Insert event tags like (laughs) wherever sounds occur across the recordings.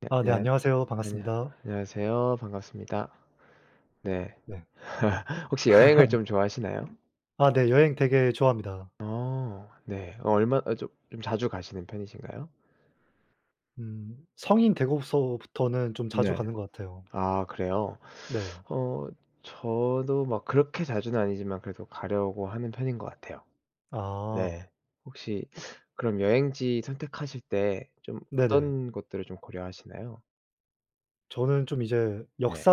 네 아 네 안녕 안녕하세요. 안녕 반갑습니다. 안녕하세요. 반갑습니다. 네. 네. (laughs) 혹시 여행을 좀 좋아하시나요? 아 네 여행 되게 좋아합니다. 어 네. 어 얼마 어 좀 자주 가시는 편이신가요? 성인 되고서부터는 좀 자주 네. 가는 것 같아요. 아 그래요? 네. 어 저도 막 그렇게 자주는 아니지만 그래도 가려고 하는 편인 것 같아요. 네. 아 혹시 그럼 여행지 선택하실 때 좀 네네. 어떤 것들을 좀 고려하시나요? 저는 좀 이제 네.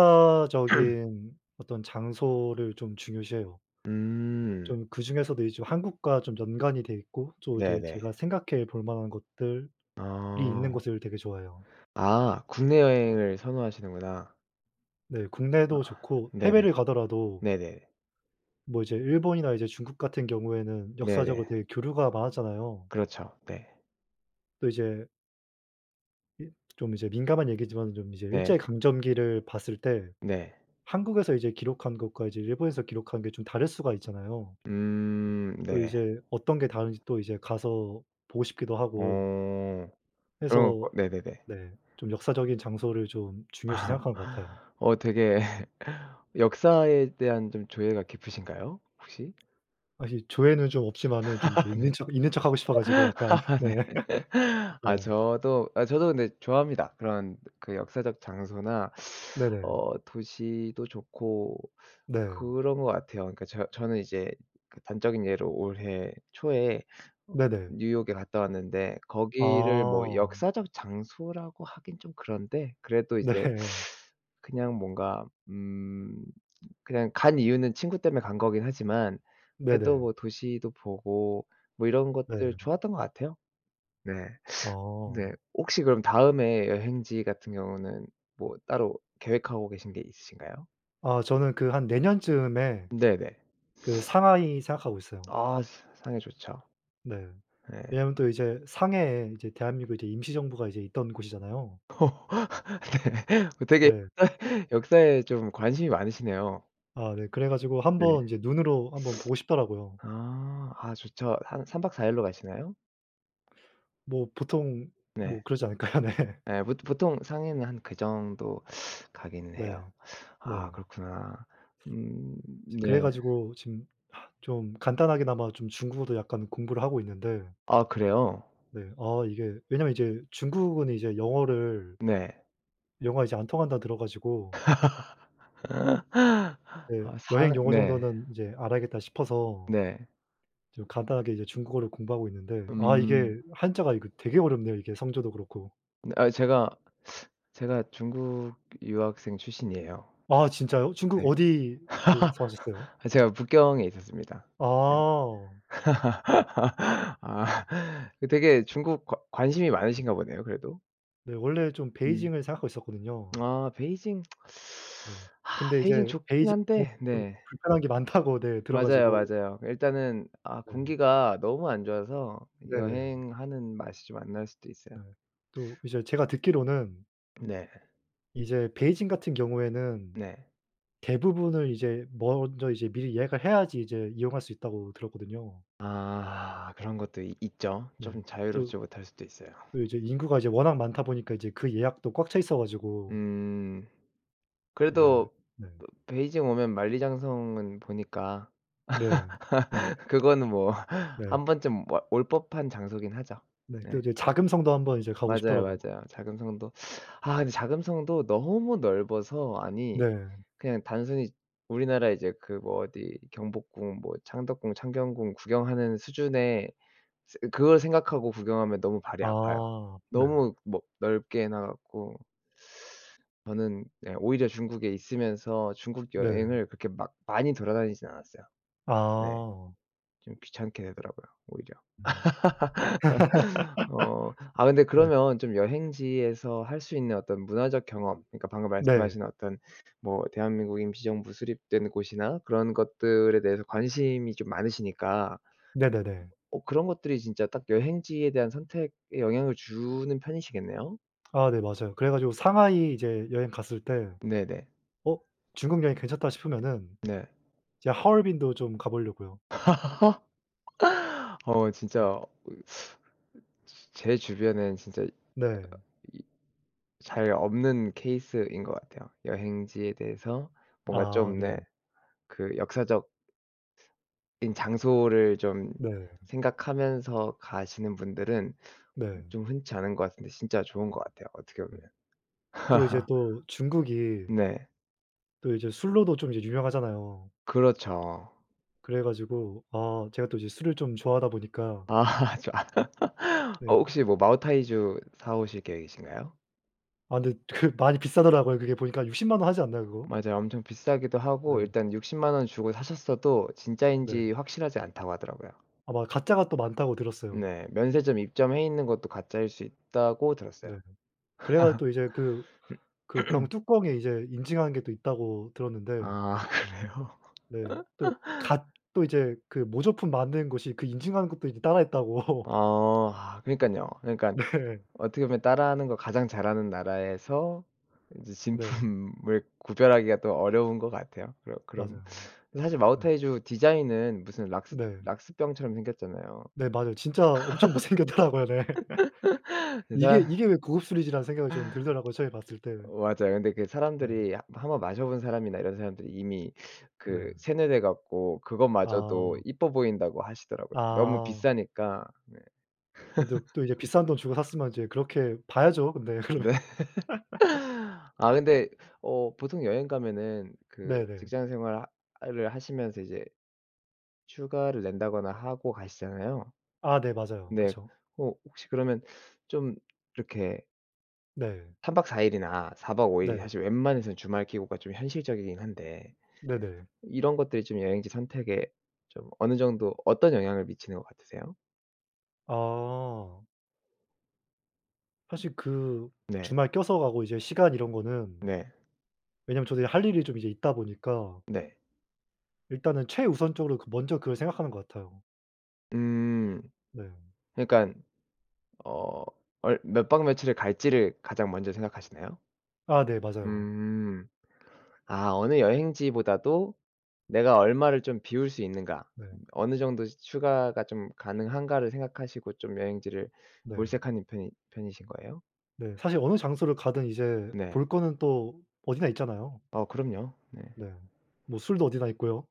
(clears throat) 어떤 장소를 좀 중요시해요. 음. 좀 그중에서도 이제 한국과 좀 연관이 돼 있고 또 이제 네네. 제가 생각해 볼 만한 것들이 있는 어. 곳을 되게 좋아해요. 아 국내 여행을 선호하시는구나. 네 국내도 좋고 네네. 해외를 가더라도 네네. 뭐 이제 일본이나 이제 중국 같은 경우에는 네네. 역사적으로 되게 교류가 많았잖아요. 그렇죠. 네. 또 이제 이 좀 이제 민감한 얘기지만 좀 이제 네. 일제강점기를 봤을 때 네. 한국에서 이제 기록한 것과 이제 일본에서 기록한 게 좀 다를 수가 있잖아요. 또 네. 이제 어떤 게 다른지 또 이제 가서 보고 싶기도 어 하고 그런 해서 거 네네네. 네 좀 역사적인 장소를 좀 중요시 생각하는 것 같아요. (laughs) 어 되게 역사에 대한 좀 조예가 깊으신가요? 혹시? 사실 조회는 좀 없지만은 좀 이렇게 있는 척 (laughs) 있는 척하고 싶어 가지고 약간 (laughs) 네. 네. 아 네. 저도 아 저도 근데 좋아합니다. 그런 그 역사적 장소나 네네. 어 도시도 좋고 네. 그런 것 같아요. 그러니까 저는 이제 그 단적인 예로 올해 초에 어 네네. 뉴욕에 갔다 왔는데, 거기를 뭐 아. 역사적 장소라고 하긴 좀 그런데, 그래도 네. 이제 (laughs) 그냥 뭔가 그냥 간 이유는 친구 때문에 간 거긴 하지만 그래도 네네. 뭐 도시도 보고 뭐 이런 네. 것들 좋았던 것 같아요. 네. 네. 어. 혹시 그럼 다음에 여행지 같은 경우는 뭐 따로 계획하고 계신 게 있으신가요? 아 저는 그 한 내년쯤에 네네. 그 상하이 생각하고 있어요. 아 사 상해 좋죠. 네. 네. 왜냐하면 또 이제 상해에 이제 대한민국 이제 임시정부가 이제 있던 곳이잖아요. (laughs) 네. 그 되게 네. 역사에 좀 관심이 많으시네요. 아 네. 그래 가지고 네. 한번 이제 눈으로 한번 보고 싶더라고요. 아. 아 좋죠. 한 3박 4 일로 가시나요? 뭐 보통 네. 뭐 그러지 않을까요? (laughs) 네. 예. 보 보통 상해는 한 그 정도 가기는 네. 해요. 아 네. 그렇구나. 음 네. 그래 가지고 지금 좀 간단하게나마 좀 중국어도 약간 공부를 하고 있는데 아 그래요? 네 아 이게 왜냐면 이제 중국은 이제 영어를 네. 영어가 이제 안 통한다 들어 가지고 (gasps) 네 아 '여행 상 용어 네. 정도는 이제 알아야겠다.' 싶어서 네. 지금 간단하게 이제 중국어를 공부하고 있는데 아 음. 이게 한자가 이거 되게 어렵네요 이게 성조도 그렇고. 네 아 제가 중국 유학생 출신이에요. 아 진짜요? 중국 네. 어디 그 사셨어요? 아 제가 북경에 있었습니다. 네. 아. (laughs) 아 그 되게 중국 관 관심이 많으신가 보네요 그래도. 네 원래 좀 음. 베이징을 생각하고 있었거든요. 아 베이징 네. 아 근데 베이징 이제 좋긴 베이징은 한데 좀 네. 불편한 게 많다고 네 들어 맞아요, 가지고 맞아요. 일단은 아 네. 공기가 너무 안 좋아서 네네. 여행하는 맛이 좀 안 날 수도 있어요. 네. 또 이제 제가 듣기로는 네. 이제 베이징 같은 경우에는 네. 대부분을 이제 먼저 이제 미리 예약을 해야지 이제 이용할 수 있다고 들었거든요. 아 그런 것도 있 있죠. 네. 좀 또 자유롭지 못할 수도 있어요. 그 이제 인구가 이제 워낙 많다 보니까 이제 그 예약도 꽉 차 있어 가지고 음. 이제 그래도 네. 베이징 오면 만리장성은 보니까 네. 네. (laughs) 그거는 뭐 (laughs) 네. 한 번쯤 와 올 법한 장소긴 하죠. 네. 또 네. 이제 자금성도 한번 이제 가고 맞아요, 싶더라고요. 맞아요. 자금성도 (sniffs) 아 근데 자금성도 너무 넓어서 아니 네. 그냥 단순히 우리나라 이제 그 뭐 어디 경복궁 뭐 창덕궁, 창경궁 구경하는 수준의 그걸 생각하고 구경하면 너무 발이 아파요. 아. 네. 너무 뭐 넓게 해놔 갖고 저는 네 오히려 중국에 있으면서 중국 네. 여행을 그렇게 막 많이 돌아다니진 않았어요. 네. 아. 좀 귀찮게 되더라고요 오히려. 음. 어 아 근데 네. 그러면 좀 여행지에서 할 수 있는 어떤 문화적 경험, 그러니까 방금 네. 말씀하신 어떤 뭐 대한민국 임시정부 수립된 곳이나 그런 것들에 대해서 관심이 좀 많으시니까 네네네. 어 그런 것들이 진짜 딱 여행지에 대한 선택에 영향을 주는 편이시겠네요? 아 네 맞아요. 그래 가지고 상하이 이제 여행 갔을 때 네네. '어 중국 여행 괜찮다.' 싶으면은 네. 이제 하얼빈도 좀 가 보려고요. (laughs) 어 진짜 제 주변엔 진짜 네. 잘 없는 케이스인 것 같아요. 여행지에 대해서 뭔가 아 좀 네 네. 그 역사적인 장소를 좀 네. 생각하면서 가시는 분들은 네. 좀 흔치 않은 것 같은데 진짜 좋은 것 같아요 어떻게 네. 보면. 또 이제 또 중국이 네. 또 이제 술로도 좀 이제 유명하잖아요. 그렇죠. 그래 가지고 아 제가 또 이제 술을 좀 좋아하다 보니까 아 (laughs) 좋아. 어 네. 혹시 뭐 마오타이주 사 오실 계획이신가요? 아 근데 (laughs) 그 많이 비싸더라고요. 그게 보니까 60만원 하지 않나요 그거? 맞아요. 엄청 비싸기도 하고 네. 일단 60만 원 주고 사셨어도 네. 진짜인지 확실하지 않다고 하더라고요. 아마 가짜가 또 많다고 들었어요. 네. 면세점 입점해 있는 것도 가짜일 수 있다고 들었어요. 네. 그래 가 또 이제 그 병 뚜껑에 이제 인증한 게 또 있다고 들었는데 아 (laughs) 그래요? 네 또 갓 또 이제 그 모조품 만든 곳이 그 인증하는 것도 이제 따라했다고. 어 아 그니깐요. (laughs) 그러니깐 네. 어떻게 보면 따라하는 거 가장 잘하는 나라에서 이제 네. 진품을 (laughs) 구별하기가 또 어려운 것 같아요. 그럼 그럼 맞아요. 사실 네. 마오타이주 디자인은 무슨 락스 네. 락스병처럼 생겼잖아요. 네 맞아요. 진짜 엄청 못생겼더라고요. 네. (laughs) 그 이게, 사람 이게 왜 (laughs) 고급 술이지라는 생각이 좀 들더라고요 처음에 봤을 때. 맞아요. 근데 그 네. 사람들이 하 한번 마셔 본 사람이나 이런 사람들이 이미 네. 그 세뇌돼 갖고 그것마저도 아. 이뻐 보인다고 하시더라고요. 너무 아. 비싸니까. 네. 근데 또 이제 비싼 돈 주고 샀으면 이제 그렇게 봐야죠 근데 (laughs) 그러면. 네. 아 근데 어 보통 여행 가면은 그 네네. 직장 생활 을 하시면서 이제 휴가를 낸다거나 하고 가시잖아요. 아 네 맞아요. 근데 그쵸. 어 혹시 그러면 좀 이렇게 네. 3박 4 일이나 4박 5 일이 네. 사실 웬만해서는 주말 기고가 좀 현실적이긴 한데 네네. 이런 것들이 좀 여행지 선택에 좀 어느 정도 어떤 영향을 미치는 것 같으세요? 아. 사실 그 네. 주말 껴서 가고 이제 시간 이런 거는 네. 왜냐면 저도 이제 할 일이 좀 이제 있다 보니까 네. 일단은 최우선적으로 그 먼저 그걸 생각하는 것 같아요. 음. 네. 그러니깐 어 얼 몇 박 며칠을 갈지를 가장 먼저 생각하시나요? 아 네 맞아요. 음. 아 어느 여행지보다도 "내가 얼마를 좀 비울 수 있는가. 네. 어느 정도 휴가가 좀 가능한가."를 생각하시고 좀 여행지를 네. 몰색하는 편이신 거예요? 네. 사실 어느 장소를 가든 이제 네. 볼 거는 또 어디나 있잖아요. 어 그럼요. 네. 네. 뭐 술도 어디나 있고요.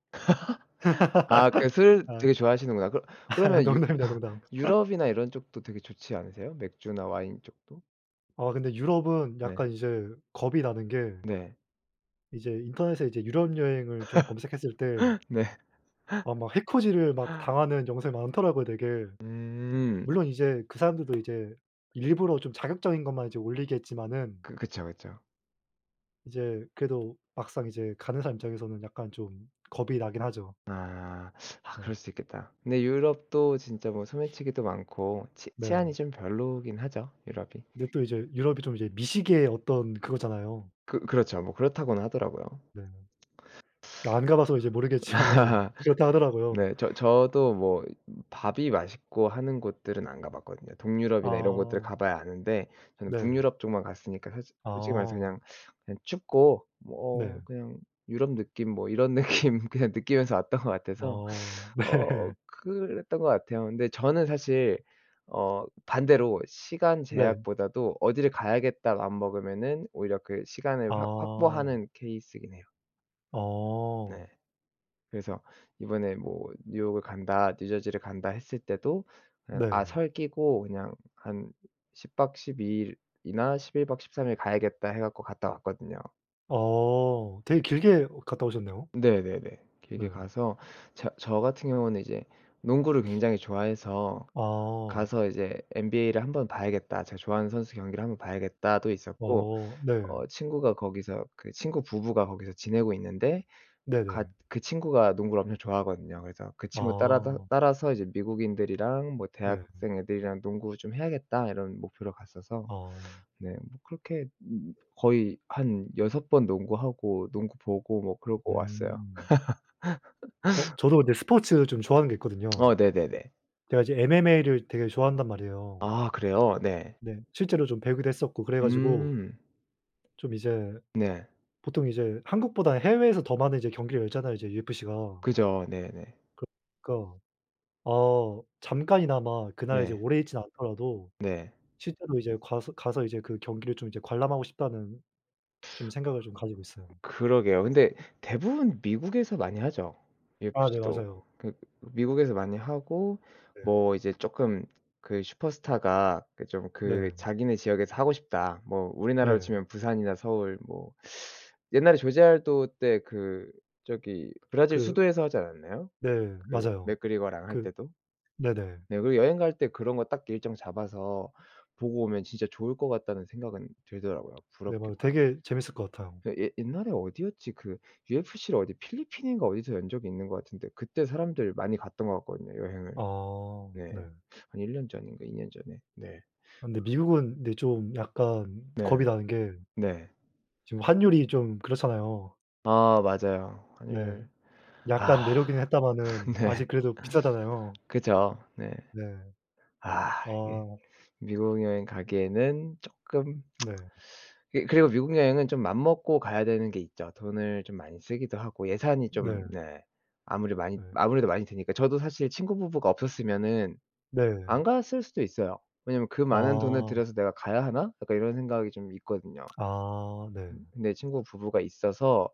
아 그 술 아 되게 좋아하시는구나. 그러 (laughs) 그러면 유 농담입니다, 농담. (laughs) 유럽이나 이런 쪽도 되게 좋지 않으세요? 맥주나 와인 쪽도? 아 근데 유럽은 네. 약간 이제 겁이 나는 게 네. 이제 인터넷에 이제 유럽 여행을 좀 검색했을 때 (laughs) 네. 아 막 해코지를 막 당하는 영상이 많더라고요 되게. 음. 물론 이제 그 사람들도 이제 일부러 좀 자극적인 것만 이제 올리겠지만은 그 그쵸, 그쵸. 이제 그래도 막상 이제 가는 사람 입장에서는 약간 좀 겁이 나긴 하죠. 아. 아 네. 그럴 수 있겠다. 근데 유럽도 진짜 뭐 소매치기도 많고 치 네. 치안이 좀 별로긴 하죠, 유럽이. 근데 또 이제 유럽이 좀 이제 미식의 어떤 그거잖아요. 그 그렇죠. 뭐 그렇다고는 하더라고요. 네. 안 가 봐서 이제 모르겠지만은 (laughs) 그렇다 하더라고요. 네. 저도 뭐 밥이 맛있고 하는 곳들은 안 가 봤거든요. 동유럽이나 이런 곳들을 아 가 봐야 아는데 저는 네. 북유럽 쪽만 갔으니까 사실 솔직히 말해서 아. 그냥, 그냥 춥고 뭐 네. 어 그냥 유럽 느낌 뭐 이런 느낌 (laughs) 그냥 느끼면서 왔던 것 같아서 어 (laughs) 어 네. 그랬던 것 같아요. 근데 저는 사실 어 반대로 시간 네. 제약보다도 어디를 가야겠다 마음 먹으면은 오히려 그 시간을 확 아. 확보하는 케이스이긴 해요. 어. 네. 그래서 이번에 뭐 뉴욕을 간다 뉴저지를 간다 했을 때도 그냥 아 네. 설 끼고 그냥 한 10박 12 일이나 11박 13일 가야겠다 해 갖고 갔다 왔거든요. 어 되게 길게 갔다 오셨네요. 네네네. 네. 길게 가서 저 같은 경우는 이제 농구를 굉장히 좋아해서 아. 가서 이제 "NBA를 한번 봐야겠다. 제가 좋아하는 선수 경기를 한번 봐야겠다."도 있었고 어 네. 어 친구가 거기서 그 친구 부부가 거기서 지내고 있는데 네네. 같 그 친구가 농구를 엄청 좋아하거든요. 그래서 그 친구 따라다 아 따라서 이제 "미국인들이랑 뭐 네. 대학생 애들이랑 농구 좀 해야겠다." 이런 목표로 갔어서 아. 네 뭐 그렇게 거의 한 여섯번 농구하고 농구 보고 뭐 그러고 왔어요. 음. 어 저도 근데 스포츠 좀 좋아하는 게 있거든요. 어 네네네. 제가 이제 MMA를 되게 좋아한단 말이에요. 아 그래요? 네. 네. 실제로 좀 배우기도 했었고 그래 가지고 음. 좀 이제 네. 보통 이제 한국보다 해외에서 더 많은 이제 경기를 열잖아요, 이제 UFC가. 그죠. 네네. 그러니까 어 잠깐이나마 그날 이제 네. 오래 있진 않더라도 네. 실제로 이제 가서 이제 그 경기를 좀 이제 관람하고 싶다는 좀 생각을 좀 가지고 있어요. 그러게요. 근데 대부분 미국에서 많이 하죠, 아 네 UFC도. 맞아요. 그 미국에서 많이 하고 네. 뭐 이제 쪼끔 그 슈퍼스타가 그 좀 그 네. 자기네 지역에서 하고 싶다. 뭐 우리나라로 네. 치면 부산이나 서울 뭐 옛날에 조제 알도 때 그 저기 브라질 그 수도에서 하지 않았나요? 네 그 맞아요. 맥그리거랑 할 그 때도? 네네. 네. 그리고 여행 갈 때 그런 거 딱 일정 잡아서 보고 오면 진짜 좋을 것 같다는 생각은 들더라고요, 네 맞아요. 부럽기도 하고. 되게 재밌을 것 같아요. 그 예 옛날에 어디였지? 그 UFC를 어디 필리핀인가 어디서 연 적이 있는 것 같은데 그때 사람들 많이 갔던 것 같거든요, 여행을. 아 네. 네. 한 1년 전인가 2년 전에. 네. 아 근데 미국은 근데 좀 약간 네. 겁이 나는 게 네. 지금 환율이 좀 그렇잖아요. 아 맞아요. 네. 환율 아 약간 내려오기는 (laughs) 했다마는 네. 아직 그래도 비싸잖아요. 그죠. 네. 네. 아 이게 아 미국 여행 가기에는 쪼끔 네. 예 그리고 미국 여행은 좀 맘먹고 가야 되는 게 있죠. 돈을 좀 많이 쓰기도 하고 예산이 좀 네. 네. 아무리 많이 네. 아무래도 많이 드니까. 저도 사실 친구 부부가 없었으면은 네. 안 갔을 수도 있어요. 왜냐면 "그 많은 돈을 아. 들여서 내가 가야 하나?" 약간 이런 생각이 좀 있거든요. 아 네. 근데 친구 부부가 있어서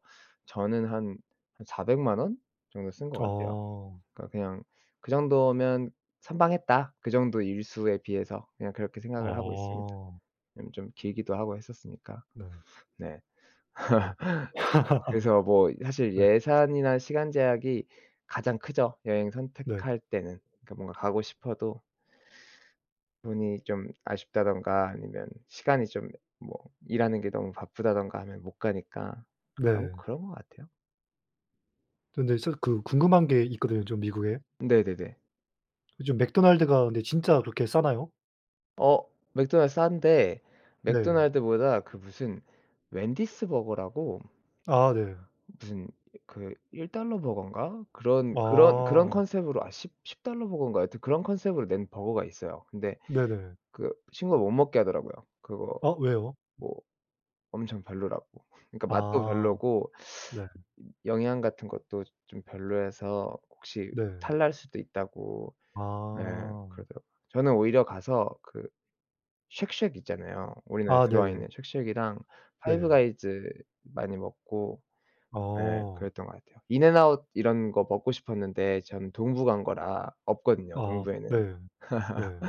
저는 한 한 400만 원 정도 쓴 것 같아요. 어. 그러니까 그냥 그 정도면 "선방했다." 그 정도 일수에 비해서 그냥 그렇게 생각을 하고 있습니다. 아. 왜냐면 좀 길기도 하고 했었으니까. 네. 네. (laughs) (laughs) 그래서 뭐 사실 네. 예산이나 시간 제약이 가장 크죠, 여행 네. 선택할 때는. 그러니까 뭔가 가고 싶어도 돈이 좀 아쉽다든가 아니면 시간이 좀 뭐 일하는 게 너무 바쁘다든가 하면 못 가니까 그런 네. 그런 것 같아요. 근데 진짜 그 궁금한 게 있거든요 좀 미국에. 네네네. 요즘 맥도날드가 근데 진짜 그렇게 싸나요? 어 맥도날드 싼데 네. 맥도날드보다 그 무슨 웬디스 버거라고 아 네. 무슨 그 $1 버거인가? 그런 아. 컨셉으로 아 10달러 버거인가? 하여튼 그런 컨셉으로 낸 버거가 있어요. 근데 네네. 그 친구가 못 먹게 하더라고요. 그거 아 왜요? 뭐 엄청 별로라고. 그러니까 맛도 아. 별로고 네. 영양 같은 것도 좀 별로여서 혹시 네. 탈날 수도 있다고 네 아. 그러더라고요. 저는 오히려 가서 그 쉑쉑 있잖아요. 우리나라에 아 들어와 네네. 있는 쉑쉑이랑 파이브 네. 가이즈 많이 먹고 예 어. 그랬던 것 같아요. 인앤아웃 이런 거 먹고 싶었는데 전 동부 간 거라 없거든요, 아 동부에는. 네. 네.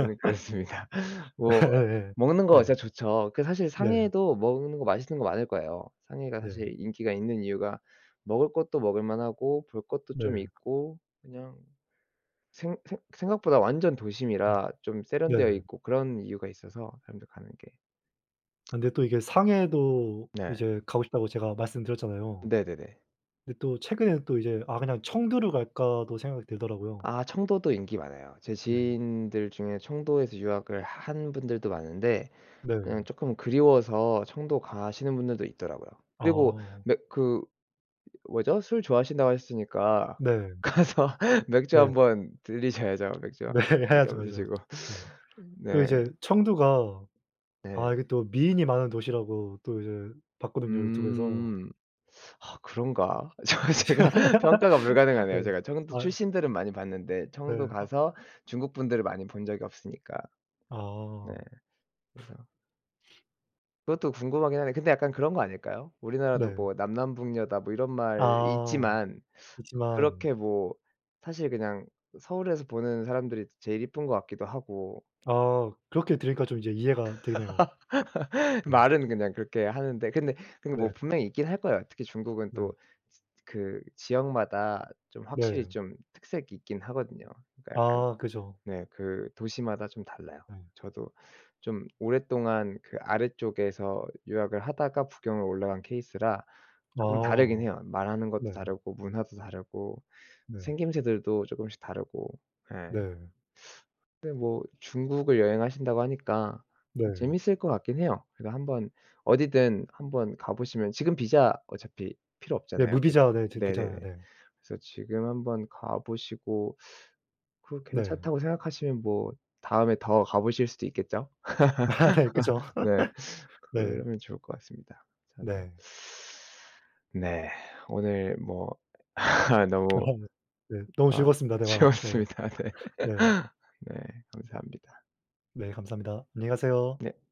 저는 그랬습니다. (laughs) (laughs) 뭐 예예. 먹는 거 네. 진짜 좋죠. 그 사실 네. 상해에도 먹는 거 맛있는 거 많을 거예요. 상해가 네. 사실 인기가 있는 이유가 먹을 것도 먹을 만하고 볼 것도 네. 좀 있고 그냥 생 생 생각보다 완전 네. 도심이라 좀 세련되어 네. 있고 그런 이유가 있어서 사람들 가는 게. 아 근데 또 이게 상해도 네. 이제 가고 싶다고 제가 말씀드렸잖아요. 네네네. 근데 또 최근에는 또 이제 '아 그냥 청두를 갈까.'도 생각이 들더라고요. 아 청도도 인기 많아요. 제 네. 지인들 중에 청도에서 유학을 한 분들도 많은데 네. 그냥 조금 그리워서 청도 가시는 분들도 있더라고요. 그리고 아. 매그 뭐죠? 술 좋아하신다고 하셨으니까 네. 가서 (laughs) 맥주 네. 한번 들리셔야죠. (laughs) 맥주 네. 맥주 해야죠, 한번 해야죠. 드시고. 네. 또 네. 이제 청두가 네. 아 이게 또 미인이 많은 도시라고 또 이제 봤거든요, 유튜브에서. 음. 아 그런가? (laughs) 저 제가 (laughs) (laughs) 평가가 네. 불가능하네요. 네. 제가 청도 아 출신들은 많이 봤는데 네. 청도 아 가서 중국 분들을 많이 본 적이 없으니까. 네. 아. 그래서 그것도 궁금하긴 하네. 근데 약간 그런 거 아닐까요? 우리나라도 네. 뭐 "남남북녀다." 뭐 이런 말이 아. 있지만 있지만 그렇게 뭐 사실 그냥 서울에서 보는 사람들이 제일 이쁜 것 같기도 하고 아 그렇게 들으니까 좀 이제 이해가 되네요. (laughs) 네. 말은 그냥 그렇게 하는데 근데 근데 뭐 네. 분명히 있긴 할 거예요. 특히 중국은 네. 또 지 그 지역마다 좀 확실히 네. 좀 특색이 있긴 하거든요. 그러니까 약간 아 그죠. 네 그 도시마다 좀 달라요. 네. 저도 좀 오랫동안 그 아래쪽에서 유학을 하다가 북경을 올라간 케이스라 조금 다르긴 아. 해요. 말하는 것도 네. 다르고 문화도 다르고 네. 생김새들도 조금씩 다르고. 예. 네. 근데 뭐 중국을 여행하신다고 하니까 네. 재밌을 것 같긴 해요. 그래서 한번 어디든 한번 가 보시면 지금 비자 어차피 필요 네 없잖아요. 그 무비자 네 되 네네네. 되잖아요. 네. 그래서 지금 한번 가 보시고 그 네. 괜찮다고 생각하시면 뭐 다음에 더 가 보실 수도 있겠죠? (laughs) 아 네. 그쵸. 네. 네. 그러면 좋을 것 같습니다. 저도 네. 네. 오늘 뭐 (laughs) (laughs) 아 너무 네. 네. 너무 아. 즐거웠습니다 (laughs) 대화. 네. 채웠습니다. 네. 네. 네. 감사합니다. 네. 감사합니다. 안녕히 가세요. 네.